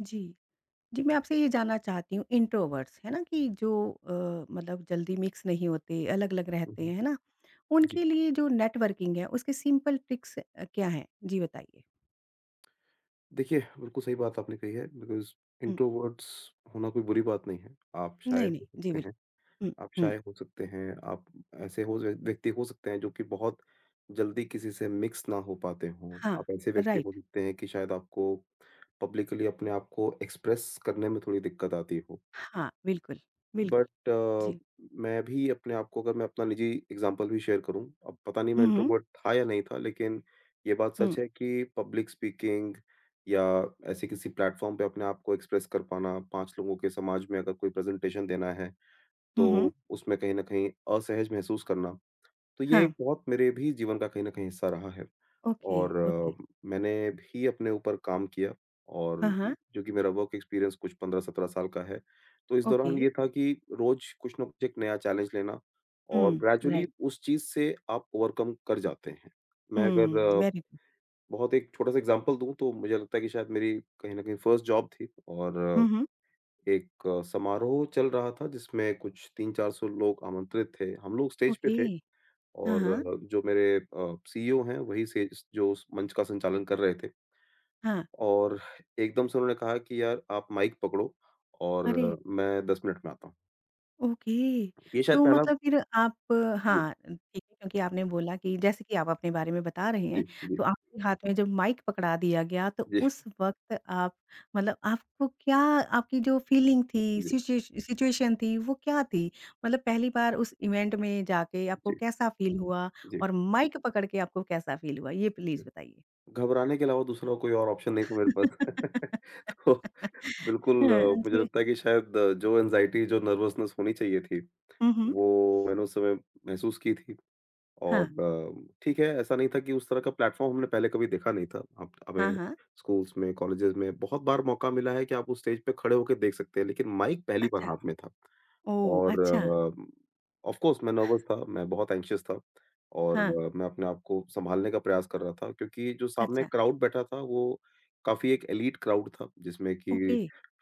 जी। जी, मैं आपसे ये जानना चाहती हूँ इंट्रोवर्ट्स, है ना? कि जो मतलब जल्दी मिक्स नहीं होते, अलग-अलग हुँ, रहते हुँ। हैं, है ना? जी। उनके लिए जो नेटवर्किंग है, उसके सिंपल ट्रिक्स क्या हैं? जी बताइए। देखिए, बिल्कुल सही बात आपने कही है बिकॉज़ हुँ। इंट्रोवर्ट्स होना कोई बुरी बात नहीं है। आप शाय नहीं, हो नहीं। जी, सकते हैं बिल्कुल। हुँ, आप हुँ। शाय हो सकते हैं आप ऐसे हो ज व्यक्ति हो सकते हैं जो कि बहुत जल्दी किसी से मिक्स ना हो पाते हों। हाँ, आप ऐसे व्यक्ति हो राइट। सकते हैं कि शायद आपको पब्लिकली अपने आप को एक्सप्रेस करने में थोड़ी दिक्कत आती हो। हाँ, बिल्कुल, बिल्कुल। बट अ, जी। मैं भी अपने आप को, अगर मैं अपना निजी एग्ज़ाम्पल भी शेयर करूँ, अब पता नहीं मैं हुँ, हुँ। इंट्रोवर्ट था या नहीं था, लेकिन ये बात हुँ, सच है कि पब्लिक स्पीकिंग या ऐसे किसी प्लेटफ़ॉर्म पे अपने आप को एक्सप्रेस कर पाना, 5 लोगों के समाज में अगर कोई प्रेज़ेंटेशन देना है, हुँ, हुँ। तो उसमें कहीं न कहीं असहज महसूस करना, तो ये हाँ, एक बहुत मेरे भी जीवन का कहीं न कहीं हिस्सा रहा है। ओके, और ओके। अ, मैंने भी अपने ऊपर काम किया हाँ, और हाँ, जो कि मेरा वर्क एक्सपीरियंस कुछ 15-17 साल का है। तो इस ओके। दौरान ये था कि रोज़ कुछ न कुछ एक नया चैलेंज लेना, और हुँ, ग्रेजुअली राइट। उस चीज़ से आप ओवरकम कर जाते हैं। मैं अगर हुँ, अ, वेरी गुड। बहुत एक छोटा-सा एग्ज़ाम्पल दूँ तो मुझे लगता है कि शायद मेरी कहीं न कहीं फर्स्ट जॉब थी। और अ, हुँ, हुँ। एक अ, समारोह चल रहा था जिसमें कुछ 3-400 लोग आमंत्रित थे। हम लोग स्टेज पे ओके। थे हाँ, और हाँ, जो मेरे सीईओ हैं वही से जो उस मंच का संचालन कर रहे थे, हाँ। और एकदम से उन्होंने कहा कि यार आप माइक पकड़ो और अरे! मैं 10 मिनट में आता हूँ। ओके। ये शायद तो पहला। मतलब फिर आप जी, हाँ, ठीक है क्योंकि आपने बोला कि जैसे कि आप अपने बारे में बता रहे जी, हैं, जी, तो आपके हाथ में जब माइक पकड़ा दिया गया तो जी, उस वक़्त आप मतलब आपको क्या आपकी जो फीलिंग जी, थी, जी, सिचुएशन थी वो क्या थी? मतलब पहली बार उस इवेंट में जाके आपको जी, कैसा फ़ील हुआ और माइक पकड़ के आपको कैसा फ़ील हुआ? ये जी। प्लीज़ बताइए? घबराने के अलावा दूसरा कोई और ऑप्शन नहीं था मेरे पास। तो बिल्कुल हाँ अ, मुझे जी। लगता है कि शायद जो एंग्ज़ायटी जो नर्वसनेस होनी चाहिए थी, हुँ, हुँ। वो मैंने उस समय महसूस की थी। हाँ। ठीक है, ऐसा नहीं था कि उस तरह का प्लेटफ़ॉर्म हमने पहले कभी देखा नहीं था। अब हाँ, हमें हाँ। स्कूल्स में, कॉलेजेस में बहुत बार मौका मिला है कि आप उस स्टेज पे खड़े होके देख सकते हैं, लेकिन माइक पहली बार अच्छा। हाथ में था। ओह! और अच्छा। अ, ऑफ़ कोर्स मैं नर्वस था, मैं बहुत एंग्ज़ियस था, और हाँ। अ, मैं अपने आप को सँभालने का प्रयास कर रहा था क्योंकि जो सामने अच्छा। क्राउड बैठा था, वो काफ़ी एक एलीट क्राउड था, जिसमें कि ओके।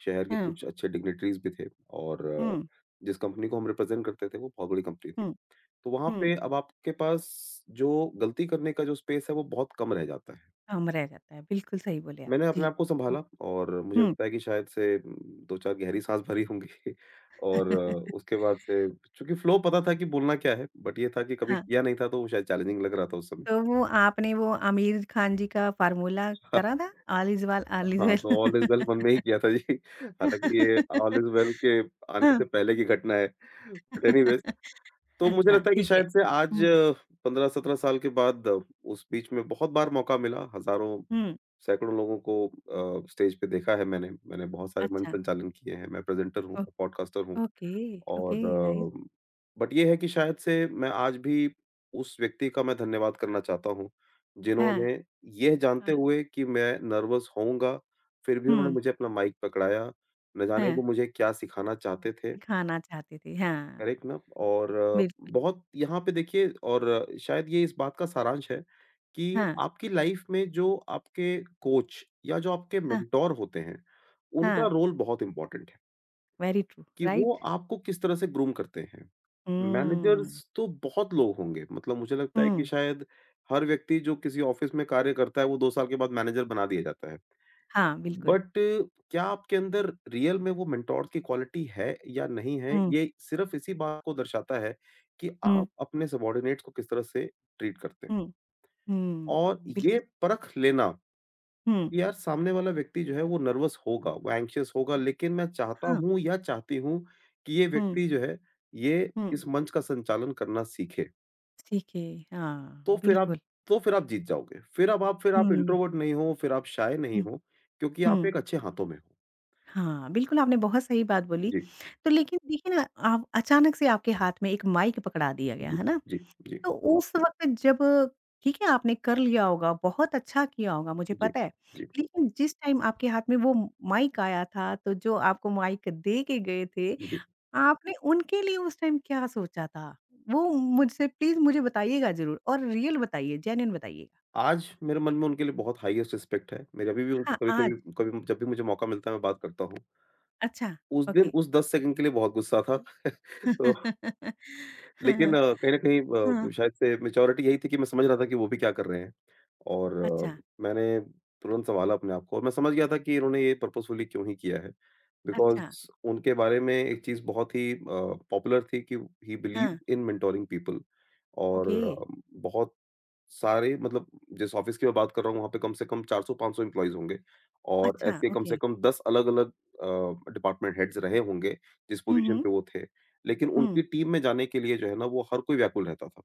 शहर के हाँ, कुछ अच्छे डिग्निटरीज़ भी थे, और हुँ, जिस कंपनी को हम रिप्रेज़ेंट करते थे, वो बहुत बड़ी कंपनी थी। हुँ, तो वहाँ पे हुँ। अब आपके पास जो गलती करने का जो स्पेस है वो बहुत कम रह जाता है। काम रह जाता है, बिल्कुल सही बोले आप। मैंने अपने जी। आप को हुँ, सँभाला, और मुझे हुँ। लगता है कि शायद 2-4 गहरी साँस भरी होंगी और उसके बाद से चूँकि फ्लो पता था कि बोलना क्या है, बट ये था कि कभी हाँ। किया नहीं था, तो वो शायद चैलेंजिंग लग रहा था उस समय। तो वो आपने वो आमिर खान जी का फ़ॉर्मूला हाँ, करा था? All is well, all is हाँ, तो वेल। ऑल इज़ वेल मन में ही किया था जी। हालाँकि ये ऑल इज़ वेल के आने से हाँ। पहले की घटना है। बट एनीवेज़, तो मुझे अच्छा, लगता है कि ठीक है। शायद से आज हुँ, 15-17 साल के बाद उस बीच में बहुत बार मौका मिला, हज़ारों, हुँ। सैकड़ों लोगों को स्टेज पे देखा है मैंने। मैंने बहुत सारे मंच अच्छा, संचालन किए हैं, मैं प्रेज़ेंटर हूँ, ओ पॉडकास्टर हूँ, ओके, ओके, और नाइस। अ, बट ये है कि शायद से मैं आज भी उस व्यक्ति का मैं धन्यवाद करना चाहता हूँ, हाँ। जिन्होंने यह जानते हाँ, हुए कि मैं नर्वस होऊँगा, फिर भी उन्होंने हुँ, मुझे अपना माइक पकड़ाया। न जाने हाँ। वो मुझे क्या सिखाना चाहते थे। दिखाना चाहते थे, हाँ, करेक्ट ना, और बिल्कुल। बहुत यहाँ पे देखिए, और शायद ये इस बात का सारांश है कि हाँ, आपकी लाइफ में जो आपके कोच या जो आपके हाँ, मेंटोर होते हैं, उनका हाँ, रोल बहुत इम्पोर्टेंट है, वेरी ट्रू, कि वो राइट? आपको किस तरह से ग्रूम करते हैं। मैनेजर्स हुँ, तो बहुत लोग होंगे, मतलब मुझे लगता है कि हुँ। शायद हर व्यक्ति जो किसी ऑफ़िस में कार्य करता है, वो 2 साल के बाद मैनेजर बना दिया जाता है। हाँ, बिल्कुल। बट क्या आपके अंदर रियल में वो मेंटोर की क्वालिटी है या नहीं है, हुँ, ये सिर्फ इसी बात को दर्शाता है कि हुँ, आप अपने सबॉर्डिनेट्स को किस तरह से ट्रीट करते हैं। हुँ, हुँ, और ये बिल्कुल परख लेना हुँ, कि यार सामने वाला व्यक्ति जो है वो नर्वस होगा, वो एंग्ज़ियस होगा, लेकिन मैं चाहता हाँ, हूँ या चाहती हूँ कि ये हुँ, व्यक्ति जो है, ये हुँ, इस मंच का संचालन करना सीखे। सीखे, हाँ, तो फिर आप बिल्कुल। तो फिर आप जीत जाओगे। फिर आप हुँ, इंट्रोवर्ट नहीं हो, फिर आप शाय नहीं हुँ, हो, क्योंकि आप हुँ, एक अच्छे हाथों में हो। हाँ, बिल्कुल आपने बहुत सही बात बोली। जी, तो लेकिन देखिए ना आप अचानक से आपके हाथ में एक माइक पकड़ा दिया गया, जी, है ना? जी, जी। तो उस वक़्त जब ठीक है, आपने कर लिया होगा, बहुत अच्छा किया होगा मुझे जी, पता है। जी, लेकिन जिस टाइम आपके हाथ में वो माइक आया था, तो जो आपको माइक दे के गए थे जी। आपने उनके लिए उस टाइम क्या सोचा था? वो मुझसे प्लीज़ मुझे बताइएगा ज़रूर और रियल बताइए, जेन्युइन बताइएगा। आज मेरे मन में उनके लिए बहुत हाईएस्ट रिस्पेक्ट है। मेरे अभी भी उन हाँ, आज। कभी-कभी कभी जब भी मुझे मौका मिलता है, मैं बात करता हूँ। अच्छा, उस दिन ओके। उस 10 सेकंड के लिए बहुत गुस्सा था। तो लेकिन हाँ, कहीं न कहीं हाँ। शायद से मैच्योरिटी यही थी कि मैं समझ रहा था कि वो भी क्या कर रहे हैं, और अच्छा, अ, मैंने तुरंत सँभाला अपने आप को, और मैं समझ गया था कि इन्होंने ये पर्पसफुली क्यों ही किया है। अच्छा, बिकॉज़ उनके बारे में एक चीज़ बहुत ही पॉपुलर थी कि ही हाँ, बिलीव्ड इन मेंटोरिंग पीपल, और ओके। अ, बहुत सारे मतलब जिस ऑफिस की मैं बात कर रहा हूँ वहाँ पे कम से कम 400-500 एम्प्लॉइज़ होंगे, और अच्छा, ऐसे कम से ओके। कम 10 अलग-अलग डिपार्टमेंट हेड्स रहे होंगे जिस हुँ, पोज़ीशन हुँ, पे वो थे। लेकिन हुँ, उनकी टीम में जाने के लिए जो है ना वो हर कोई व्याकुल रहता था।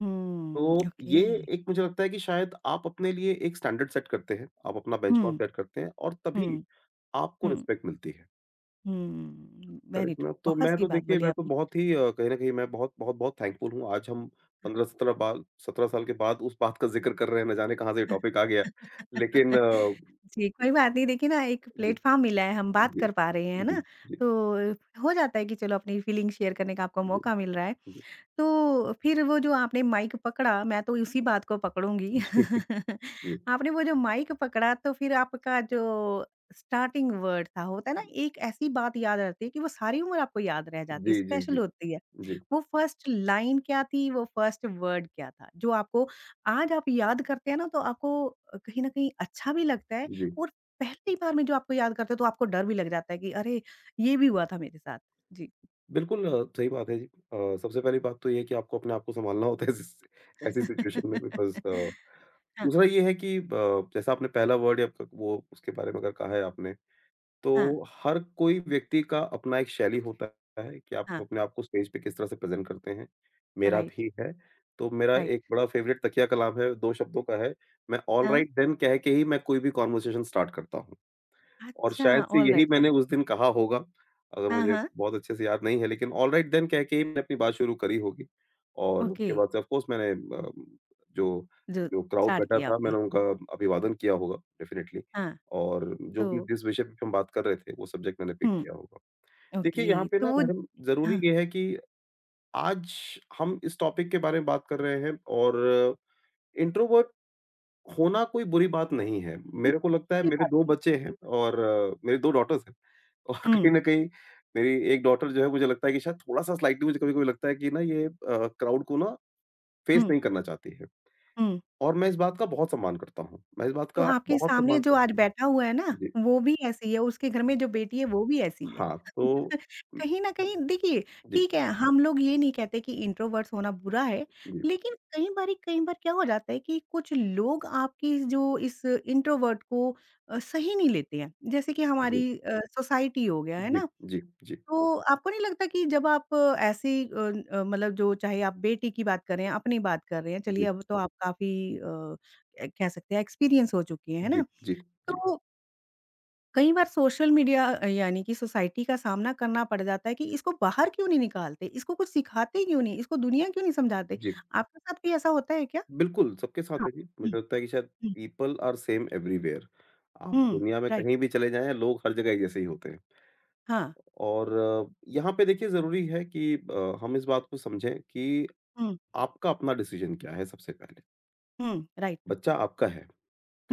हुँ, तो ये ओके। एक, मुझे लगता है कि शायद आप अपने लिए एक स्टैंडर्ड सेट करते हैं, आप अपना बेंचमार्क हुँ, सेट करते हैं और तभी हुँ, आपको हुँ, रिस्पेक्ट मिलती है। हुँ, वेरी करेक्ट ना, ट्रू। तो बहुत मैं सही तो बात देखिए बोली मैं तो आपने। बहुत ही कहीं न कहीं मैं बहुत बहुत बहुत थैंकफुल हूँ। आज हम 15-17 बाल 17 साल के बाद उस बात का ज़िक्र कर रहे हैं, ना जाने कहाँ से ये टॉपिक आ गया। लेकिन अ, जी, कोई बात नहीं देखिए ना एक जी, प्लेटफ़ॉर्म मिला है हम बात जी, कर पा रहे हैं, है जी, जी, ना? जी, तो हो जाता है कि चलो अपनी फीलिंग शेयर करने का आपको जी, जी, मौका मिल रहा है। जी, तो फिर वो जो आपने माइक पकड़ा, मैं तो उसी बात को पकड़ूँगी। आपने वो जो माइक पकड़ा तो फिर आपका जो स्टार्टिंग वर्ड था, होता है ना एक ऐसी बात याद रहती है कि वो सारी उम्र आपको याद रह जाती जी, है, जी, जी, स्पेशल होती है। जी, वो फर्स्ट लाइन क्या थी, वो फर्स्ट वर्ड क्या था? जो आपको आज आप याद करते हैं ना तो आपको कहीं न कहीं अच्छा भी लगता है जी। और पहली बार में जो आपको याद करते हो तो आपको डर भी लग जाता है कि अरे! ये भी हुआ था मेरे साथ। जी। बिल्कुल, सही बात है जी। सबसे पहली बात तो ये है कि आपको अपने आप को सँभालना होता है इस ऐसी सिचुएशन में, बिकॉज़ हाँ, दूसरा ये है कि ब जैसा आपने पहला वर्ड या क वो उसके बारे में अगर कहा है आपने, हाँ। तो हर कोई व्यक्ति का अपना एक शैली होता है कि आप हाँ, अपने आप को स्टेज पे किस तरह से प्रेज़ेंट करते हैं। मेरा राइट, भी है, तो मेरा राइट। एक बड़ा फ़ेवरेट तकिया कलाम है, 2 शब्दों का है। मैं ऑल हाँ, राइट देन कह के ही मैं कोई भी कन्वर्सेशन स्टार्ट करता हूँ। और अच्छा शायद से यही ऑलराइट मैंने देन। उस दिन कहा होगा, अगर हाँ, मुझे हाँ, बहुत अच्छे से याद नहीं है, लेकिन ऑलराइट देन कह के ही मैंने अपनी बात शुरू करी होगी, और ओके, उसके बाद से ऑफ कोर्स मैंने अ, जो जो जो क्राउड स्टार्ट बैठा किया था, आपने। मैंने उनका अभिवादन किया होगा डेफ़िनिटली, हाँ, और जो भी तो जिस विषय पे हम बात कर रहे थे, वो सब्जेक्ट मैंने पिक हुँ, किया होगा। देखिए, यहाँ ओके, पे तो ना वो मैडम ज़रूरी हाँ, ये है कि आज हम इस टॉपिक के बारे में बात कर रहे हैं, और इंट्रोवर्ट होना कोई बुरी बात नहीं है। मेरे को लगता है कोई मेरे बात 2 बच्चे हैं, नहीं। और मेरी 2 डॉटर्स हैं। और हुँ, कहीं न कहीं मेरी एक डॉटर जो है मुझे लगता है कि शायद थोड़ा-सा स्लाइटली मुझे कभी-कभी लगता है कि ना, ये क्राउड को ना फेस हुँ, नहीं करना चाहती है, हुँ। और मैं इस बात का बहुत सम्मान करता हूँ। मैं इस बात तो का आपके बहुत सामने सम्मान जो आज करता हूँ। बैठा हुआ है ना, जी, वो भी ऐसे ही है, उसके घर में जो बेटी है वो भी ऐसी ही है। हाँ, तो उम, कहीं न कहीं देखिए जी, ठीक है, हम लोग ये नहीं कहते कि इंट्रोवर्ट्स होना बुरा है, जी, लेकिन कई बार क्या हो जाता है कि कुछ लोग आपकी जो इस इंट्रोवर्ट को सही नहीं लेते हैं। जैसे कि जी, हमारी सोसाइटी हो गया, है जी, ना? जी, जी, तो आपको नहीं लगता कि जब आप मतलब जो चाहे आप बेटी की बात कर रहे हैं, अपनी बात कर रहे हैं, चलिए जी, अब तो आप काफ़ी अ, कह सकते हैं एक्सपीरियंस हो चुकी हैं, है जी, ना? जी, जी, तो कई बार सोशल मीडिया यानी कि सोसाइटी का सामना करना पड़ जाता है कि इसको बाहर क्यों नहीं निकालते? इसको कुछ सिखाते क्यों नहीं? इसको दुनिया क्यों नहीं समझाते? जी। आपके साथ भी ऐसा होता है क्या? बिल्कुल। सबके साथ हाँ। है जी। मुझे हुँ, लगता है कि शायद हुँ। People are same everywhere. आप हुँ, दुनिया में राइट, कहीं भी चले जाएँ, लोग हर जगह एक जैसे ही होते हैं। हाँ, यहाँ पे देखिए ज़रूरी है कि हम इस बात को समझें कि हुँ, आपका अपना डिसीजन क्या है सबसे पहले। हुँ, राइट, बच्चा आपका है,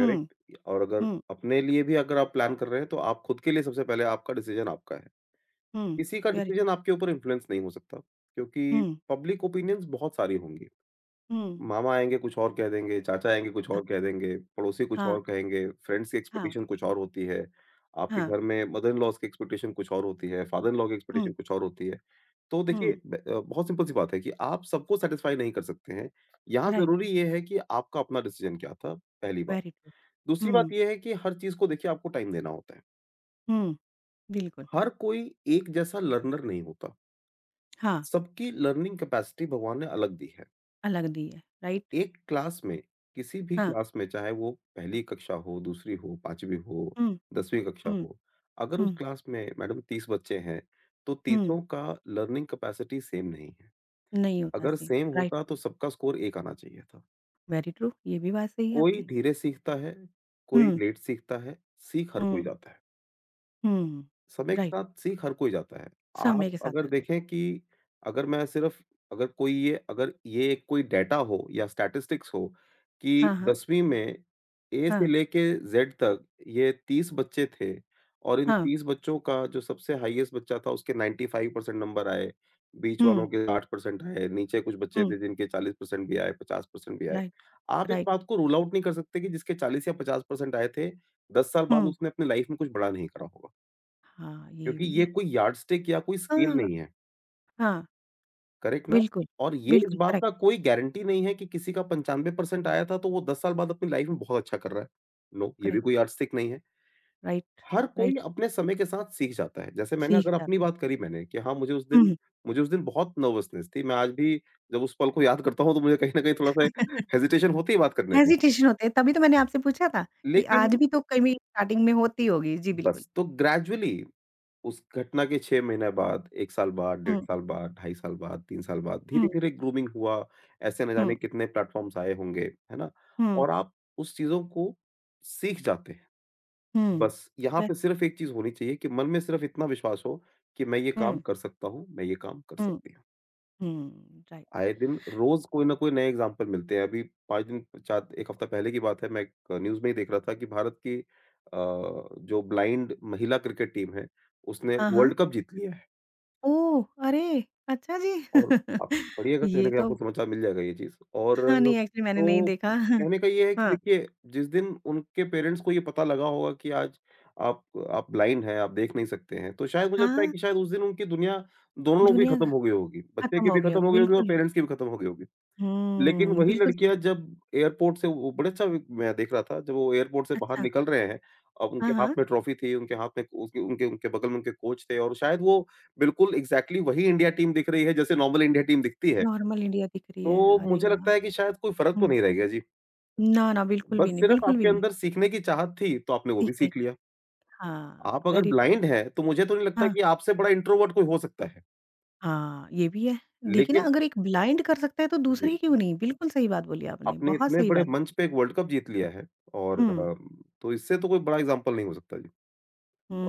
हुँ, और अगर हुँ, अपने लिए भी अगर आप प्लान कर रहे हैं तो आप खुद के लिए सबसे पहले आपका डिसीजन आपका है। हुँ, किसी का वेरी डिसीजन ट्रू, आपके ऊपर इन्फ्लुएंस नहीं हो सकता, क्योंकि हुँ, पब्लिक ओपिनियंस बहुत सारी होंगी। हुँ, मामा आएँगे कुछ और कह देंगे, चाचा आएँगे कुछ हाँ, और कह देंगे, पड़ोसी कुछ हाँ, और कहेंगे, फ्रेंड्स की हाँ, एक्सपेक्टेशन कुछ और होती है, आपके हाँ, घर में मदर इन लॉज़ की एक्सपेक्टेशन कुछ और होती है, फादर इन लॉ की एक्सपेक्टेशन हुँ। कुछ और होती है। तो हुँ, देखिए बहुत सिंपल सी बात है कि आप सबको सैटिस्फाई नहीं कर सकते हैं। यहाँ राइट, ज़रूरी ये है कि आपका अपना डिसीज़न क्या था, पहली बात। Very true. दूसरी बात हुँ, ये है कि हर चीज़ को देखिए आपको टाइम देना होता है। हुँ, बिल्कुल। हर कोई एक जैसा लर्नर नहीं होता। हाँ, सबकी लर्निंग कैपेसिटी भगवान ने अलग दी है। अलग दी है, राइट? एक क्लास में, किसी भी हाँ, क्लास में चाहे वो पहली कक्षा हो, दूसरी हो, 5वीं हो, हुँ, 10वीं कक्षा हुँ, हो, अगर उस हुँ, क्लास में मैडम 30 बच्चे हैं, तो 30 हुँ, का लर्निंग कैपेसिटी सेम नहीं है। नहीं होता अगर सेम, सेम राइट, होता तो सबका स्कोर 1 आना चाहिए था। वेरी ट्रू, ये भी बात सही है कोई आपकी। धीरे सीखता है, कोई हुँ, लेट सीखता है, सीख हर कोई हुँ, जाता है। हुँ, समय के राइट, साथ सीख हर कोई जाता है। आप समय के साथ अगर हर कोई देखें कि अगर मैं सिर्फ़ अगर कोई ये अगर ये एक कोई डेटा हो या स्टैटिस्टिक्स हो हाँ, कि हाँ, 10वीं में ए से हाँ, लेके ज़ेड तक ये 30 बच्चे थे और इन हाँ, 30 बच्चों का जो सबसे हाईएस्ट बच्चा था उसके 95% नंबर आए, बीच वालों हुँ, के 8% आए, नीचे कुछ बच्चे हुँ, थे जिनके 40% भी आए, 50% भी आए। राइट, आप इस राइट, बात को रूल आउट नहीं कर सकते कि जिसके 40 या 50% आए थे, 10 साल बाद हुँ, उसने अपनी लाइफ़ में कुछ बड़ा नहीं करा होगा। हाँ, ये क्योंकि भी ये है। कोई यार्डस्टिक या कोई स्केल हाँ, नहीं है, हाँ, करेक्ट ना? बिल्कुल, और ये इस बिल्कुल, बात करेक्ट, का कोई गारंटी नहीं है कि किसी का 95% आया था तो वो 10 साल बाद अपनी लाइफ में बहुत अच्छा कर रहा है। नो, ये भी कोई करेक्ट, यार्डस्टिक नहीं है। राइट, हर कोई राइट, अपने समय के साथ सीख जाता है। जैसे मैंने सीख अगर अपनी जाता बात करी मैंने कि हाँ, मुझे उस है। दिन हुँ। मुझे उस दिन बहुत नर्वसनेस थी। मैं आज भी जब उस पल को याद करता हूँ तो मुझे कहीं न कहीं थोड़ा-सा हेजिटेशन होती है बात करने में। हेजिटेशन होते हैं, तभी तो मैंने आपसे पूछा था कि लेकिन आज भी तो कहीं स्टार्टिंग में होती होगी। जी, बिल्कुल। बस तो ग्रेजुअली उस घटना के 6 महीने बाद, 1 साल बाद, डेढ़ हुँ, साल बाद, ढाई साल बाद, 3 साल बाद, हुँ, धीरे-धीरे ग्रूमिंग हुआ, ऐसे न जाने हुँ, कितने प्लेटफ़ॉर्म्स आए होंगे, है ना? हुँ, और आप उस चीज़ों को सीख जाते हैं। हुँ, बस यहाँ वे पे सिर्फ़ एक चीज़ होनी चाहिए कि मन में सिर्फ़ इतना विश्वास हो कि मैं ये काम हुँ, कर सकता हूँ, मैं ये काम कर हुँ, सकती हूँ। हुँ, राइट। आए दिन रोज़ कोई न कोई नए एग्ज़ाम्पल मिलते हैं। अभी 5 दिन 4 1 हफ़्ता पहले की बात है, मैं एक न्यूज़ में ही देख रहा था कि भारत की अ, जो ब्लाइंड महिला क्रिकेट टीम है, उसने हाँ, हाँ। वर्ल्ड कप जीत लिया है। ओह! अरे! अच्छा जी। और आप पढ़िएगा कहीं न ये कहीं तो आपको समाचार मिल जाएगा ये चीज़। और हाँ, नहीं एक्चुअली मैंने नहीं तो देखा। हाँ, कहने का ये है कि हाँ, देखिए जिस दिन उनके पेरेंट्स को ये पता लगा होगा कि आज आप आप ब्लाइंड हैं, आप देख नहीं सकते हैं, तो शायद मुझे लगता है हाँ, कि शायद उस दिन उनकी दुनिया दोनों लोगों की दुनिया खत्म हो गई होगी। बच्चे खत्म की हो भी गई खत्म होगी, हो गई होगी और बिल्कुल। पेरेंट्स की भी खत्म हो गई होगी। लेकिन हुँ, वही बिल्कुल लड़कियाँ जब एयरपोर्ट से वो बड़े अच्छा मैं देख रहा था, जब वो एयरपोर्ट से बाहर अच्छा। निकल रहे हैं, अब हाँ, उनके हाथ हाँ, में ट्रॉफी थी, उनके बगल में उनके कोच थे और शायद वो बिल्कुल एग्ज़ैक्टली वही इंडिया टीम दिख रही है, जैसे नॉर्मल इंडिया टीम दिखती है। नॉर्मल इंडिया दिख रही है। तो अरे मुझे वाह! लगता है कि शायद कोई फ़र्क तो हुँ, नहीं रह गया जी। ना, ना, बिल्कुल बस भी नहीं, सिर्फ़ बिल्कुल भी आपके नहीं। अंदर सीखने की चाहत थी, तो आपने वो भी ठीक है, सीख लिया। हाँ, आप अगर वेरी ट्रू। ब्लाइंड हैं, तो मुझे तो नहीं लगता हाँ, कि आपसे बड़ा इंट्रोवर्ट कोई हो सकता है। हाँ, ये भी है। देखिए ना लेकिन अगर एक ब्लाइंड कर सकता है तो जी। दूसरा ही क्यों नहीं? बिल्कुल सही बात बोली आपने, आपने बहुत इतने सही बड़े बात मंच बोली। पे एक वर्ल्ड कप जीत लिया है और हुँ, तो इससे तो कोई बड़ा एग्जाम्पल नहीं हो सकता जी।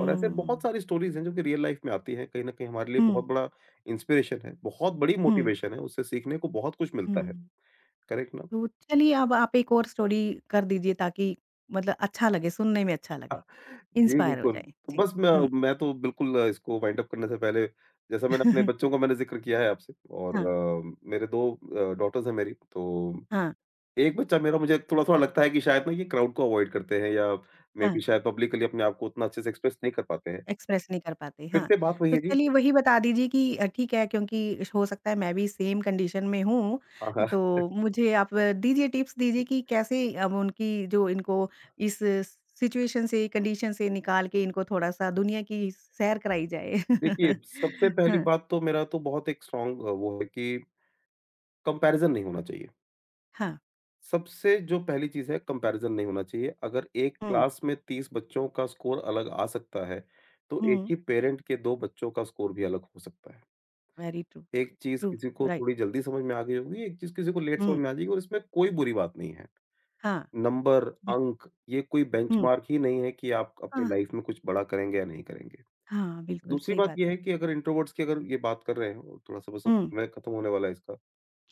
और ऐसे बहुत सारी स्टोरीज़ हैं जो कि रियल लाइफ़ में आती हैं, कहीं न कहीं हमारे लिए बहुत हुँ, बड़ा इंस्पिरेशन है, बहुत बड़ी हुँ, मोटिवेशन है, उससे सीखने को बहुत कुछ मिलता है, हुँ। करेक्ट ना? तो चलिए अब आप एक और स्टोरी कर दीजिए ताकि मतलब अच्छा लगे, सुनने में अच्छा लगे, जी, इंस्पायर हो बिल्कुल। जाएँ। तो जी, बस मैं हुँ। मैं तो बिल्कुल इसको वाइंड अप करने से पहले जैसा मैंने अपने बच्चों का मैंने ज़िक्र किया है आपसे और हाँ, मेरे 2 डॉटर्स हैं मेरी तो हाँ, एक बच्चा मेरा मुझे थोड़ा-थोड़ा लगता है कि शायद ना ये क्राउड को अवॉइड करते हैं या मे हाँ। बी शायद पब्लिकली अपने आप को उतना अच्छे से एक्सप्रेस नहीं कर पाते हैं। एक्सप्रेस नहीं कर पाते, फिर हाँ। से बात वही तो है जी, चलिए वही बता दीजिए कि ठीक है क्योंकि हो सकता है मैं भी सेम कंडीशन में हूँ, हाँ, हाँ। तो मुझे आप दीजिए टिप्स दीजिए कि कैसे अब उनकी जो इनको इस सिचुएशन से, कंडीशन से निकाल के इनको थोड़ा-सा दुनिया की सैर कराई जाए। देखिए, सबसे पहली हाँ, बात तो मेरा तो बहुत एक स्ट्रॉन्ग वो है कि कंपैरिज़न नहीं होना चाहिए। हाँ, सबसे जो पहली चीज़ है कंपैरिज़न नहीं होना चाहिए। अगर एक हुँ, क्लास में 30 बच्चों का स्कोर अलग आ सकता है, तो एक हुँ, ही पेरेंट के 2 बच्चों का स्कोर भी अलग हो सकता है। वेरी ट्रू, एक चीज़ ट्रू, किसी को राइट, थोड़ी जल्दी समझ में आ गई होगी, एक चीज़ किसी को लेट समझ हुँ, में आ जाएगी और इसमें कोई बुरी बात नहीं है। हाँ, नंबर, बिल अंक ये कोई हुँ, बेंचमार्क ही नहीं है कि आप अपनी हाँ, लाइफ में कुछ बड़ा करेंगे या नहीं करेंगे। हाँ, बिल्कुल दूसरी सही बात बात ये है है। कि अगर इंट्रोवर्ट्स की अगर ये बात कर रहे हो, थोड़ा-सा बस अब हुँ, समय खत्म होने वाला है इसका।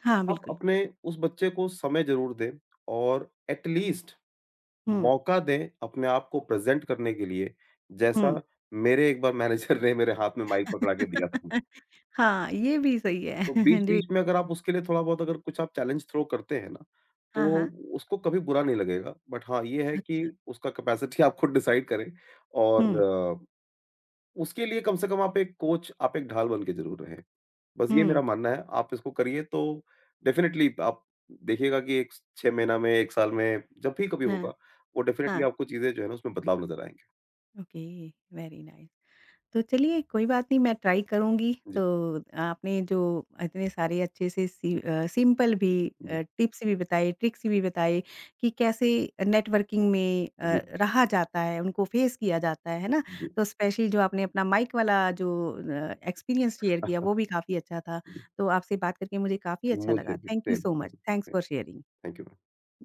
हाँ, आप बिल्कुल, अपने उस बच्चे को समय ज़रूर दें और एट लीस्ट हुँ, मौका दें अपने आप को प्रेज़ेंट करने के लिए, हुँ। जैसा मेरे एक बार मैनेजर ने मेरे हाथ में माइक पकड़ा के दिया था। हाँ, ये भी सही है। तो जी, बीच-बीच में अगर आप उसके लिए थोड़ा बहुत अगर कुछ आप चैलेंज थ्रो करते हैं ना, हाँ, तो हाँ। उसको कभी बुरा नहीं लगेगा। बट हाँ, ये है कि अच्छा। उसका कैपेसिटी आप खुद डिसाइड करें और हुँ, उसके लिए कम से कम आप एक कोच, आप एक ढाल बन के ज़रूर रहें। बस ये हुँ, मेरा मानना है, आप इसको करिए तो डेफ़िनेटली आप देखिएगा कि एक 6 महीना में, 1 साल में, जब भी कभी होगा, हाँ, वो डेफ़िनेटली हाँ, आपको चीज़ें जो है ना उसमें बदलाव नज़र आएँगे। Okay, very nice. तो चलिए कोई बात नहीं मैं ट्राई करूँगी। जी, तो आपने जो इतने सारे अच्छे से सिंपल भी जी, टिप्स भी बताए, ट्रिक्स भी बताए कि कैसे नेटवर्किंग में जी, रहा जाता है, उनको फेस किया जाता है ना? जी। तो स्पेशली जो आपने अपना माइक वाला जो एक्सपीरियंस शेयर किया वो भी काफ़ी अच्छा था। जी, तो आपसे बात करके मुझे काफ़ी अच्छा मुझे लगा। भी thank you same, so much. Same, thanks same. For sharing. Thank you ma'am.